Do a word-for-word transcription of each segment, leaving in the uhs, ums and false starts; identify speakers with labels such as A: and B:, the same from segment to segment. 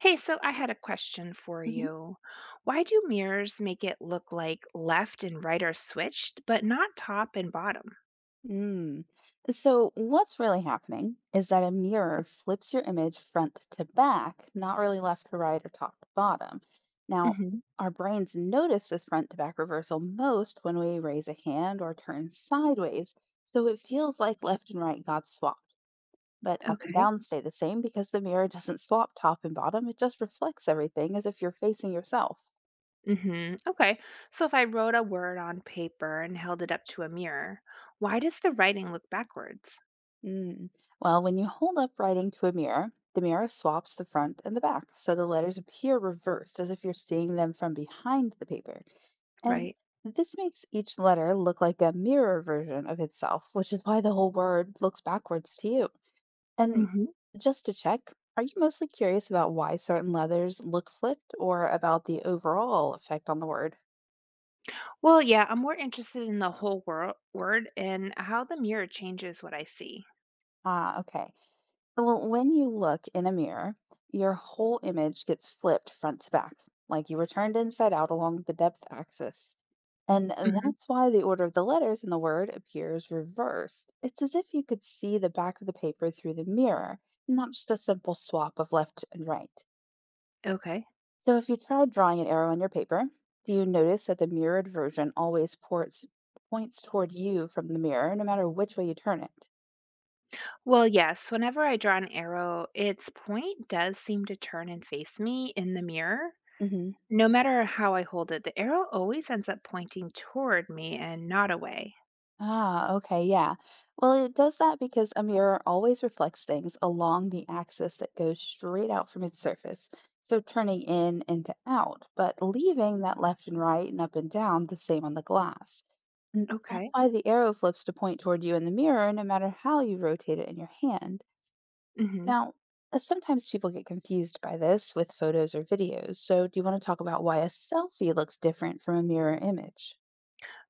A: Hey, so I had a question for
B: hmm
A: you. Why do mirrors make it look like left and right are switched, but not top and bottom?
B: Mm. So, what's really happening is that a mirror flips your image front to back, not really left to right or top to bottom. Now,
A: Hmm.
B: our brains notice this front to back reversal most when we raise a hand or turn sideways. So, it feels like left and right got swapped, but up and
A: Okay.
B: down stay the same because the mirror doesn't swap top and bottom. It just reflects everything as if you're facing yourself.
A: Hmm. Okay. So if I wrote a word on paper and held it up to a mirror, why does the writing look backwards?
B: Mm. Well, when you hold up writing to a mirror, the mirror swaps the front and the back, so the letters appear reversed as if you're seeing them from behind the paper. And
A: Right.
B: this makes each letter look like a mirror version of itself, which is why the whole word looks backwards to you. And
A: hmm
B: just to check, are you mostly curious about why certain letters look flipped or about the overall effect on the word?
A: Well, yeah, I'm more interested in the whole wor- word and how the mirror changes what I see.
B: Ah, okay. Well, when you look in a mirror, your whole image gets flipped front to back, like you were turned inside out along the depth axis. And
A: Hmm.
B: that's why the order of the letters in the word appears reversed. It's as if you could see the back of the paper through the mirror, not just a simple swap of left and right.
A: Okay.
B: So if you try drawing an arrow on your paper, do you notice that the mirrored version always ports, points toward you from the mirror, no matter which way you turn it?
A: Well, yes, whenever I draw an arrow, its point does seem to turn and face me in the mirror.
B: Hmm.
A: No matter how I hold it, the arrow always ends up pointing toward me and not away.
B: Ah, okay, yeah. Well, it does that because a mirror always reflects things along the axis that goes straight out from its surface, so turning in and to out, but leaving that left and right and up and down the same on the glass. And that's
A: Okay.
B: why the arrow flips to point toward you in the mirror, no matter how you rotate it in your hand.
A: Mm-hmm.
B: Now, uh, sometimes people get confused by this with photos or videos, so do you want to talk about why a selfie looks different from a mirror image?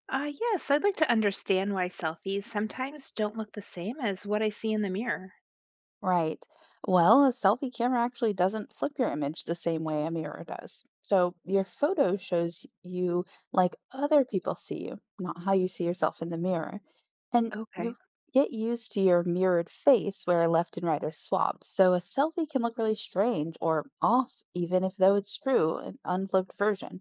A: Uh, yes, I'd like to understand why selfies sometimes don't look the same as what I see in the mirror.
B: Right. Well, a selfie camera actually doesn't flip your image the same way a mirror does. So your photo shows you like other people see you, not how you see yourself in the mirror. And
A: Okay.
B: you get used to your mirrored face where left and right are swapped. So a selfie can look really strange or off, even if though it's true, an unflipped version.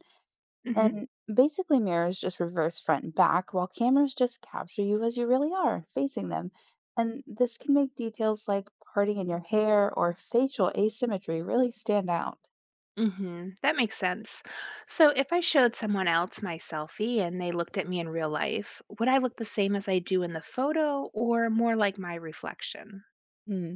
A: Mm-hmm.
B: And basically, mirrors just reverse front and back, while cameras just capture you as you really are, facing them. And this can make details like parting in your hair or facial asymmetry really stand out.
A: Mm-hmm. That makes sense. So if I showed someone else my selfie and they looked at me in real life, would I look the same as I do in the photo or more like my reflection?
B: Hmm.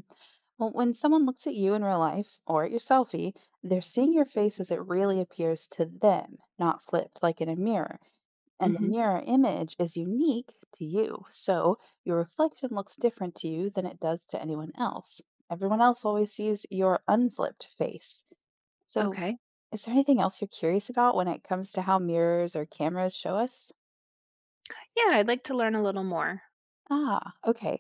B: Well, when someone looks at you in real life or at your selfie, they're seeing your face as it really appears to them, not flipped like in a mirror. And the mirror image is unique to you, so your reflection looks different to you than it does to anyone else. Everyone else always sees your unflipped face. So,
A: Okay.
B: is there anything else you're curious about when it comes to how mirrors or cameras show us?
A: Yeah, I'd like to learn a little more.
B: Ah, okay.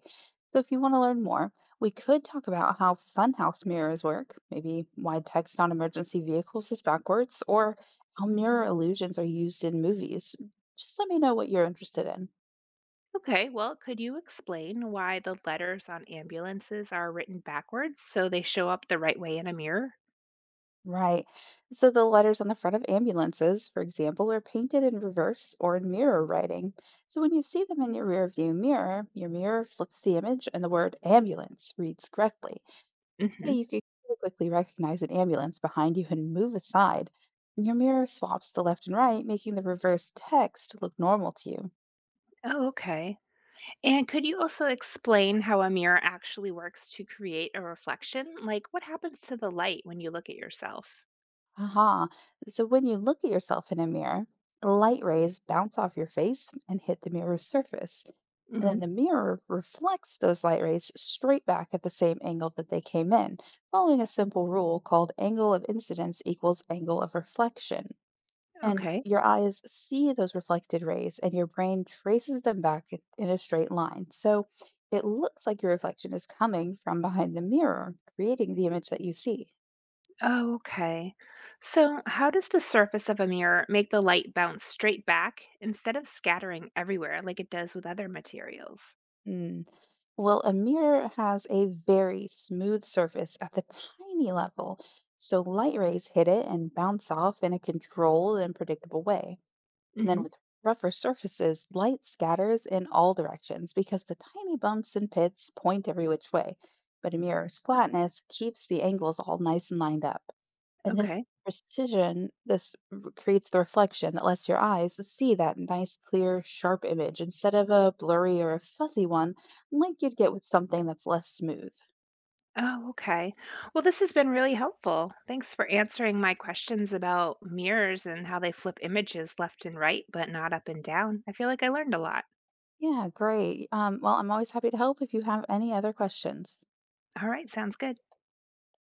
B: So, if you want to learn more, we could talk about how funhouse mirrors work, maybe why text on emergency vehicles is backwards, or how mirror illusions are used in movies. Just let me know what you're interested in.
A: Okay, well, could you explain why the letters on ambulances are written backwards so they show up the right way in a mirror?
B: Right. So the letters on the front of ambulances, for example, are painted in reverse or in mirror writing. So when you see them in your rearview mirror, your mirror flips the image and the word ambulance reads correctly. This way
A: Hmm.
B: you can very quickly recognize an ambulance behind you and move aside. Your mirror swaps the left and right, making the reverse text look normal to you.
A: Oh, okay. And could you also explain how a mirror actually works to create a reflection? Like what happens to the light when you look at yourself?
B: Aha. So when you look at yourself in a mirror, light rays bounce off your face and hit the mirror's surface. And
A: Hmm.
B: then the mirror reflects those light rays straight back at the same angle that they came in, following a simple rule called angle of incidence equals angle of reflection. And
A: Okay.
B: your eyes see those reflected rays, and your brain traces them back in in a straight line. So it looks like your reflection is coming from behind the mirror, creating the image that you see.
A: Oh, okay. So, how does the surface of a mirror make the light bounce straight back instead of scattering everywhere like it does with other materials?
B: Mm. Well, a mirror has a very smooth surface at the tiny level, so light rays hit it and bounce off in a controlled and predictable way. And then
A: Hmm.
B: with rougher surfaces, light scatters in all directions because the tiny bumps and pits point every which way. But a mirror's flatness keeps the angles all nice and lined up. And this
A: Okay.
B: precision, this r- creates the reflection that lets your eyes see that nice, clear, sharp image instead of a blurry or a fuzzy one, like you'd get with something that's less smooth.
A: Oh, okay. Well, this has been really helpful. Thanks for answering my questions about mirrors and how they flip images left and right, but not up and down. I feel like I learned a lot.
B: Yeah, great. Um, well, I'm always happy to help if you have any other questions.
A: All right, sounds good.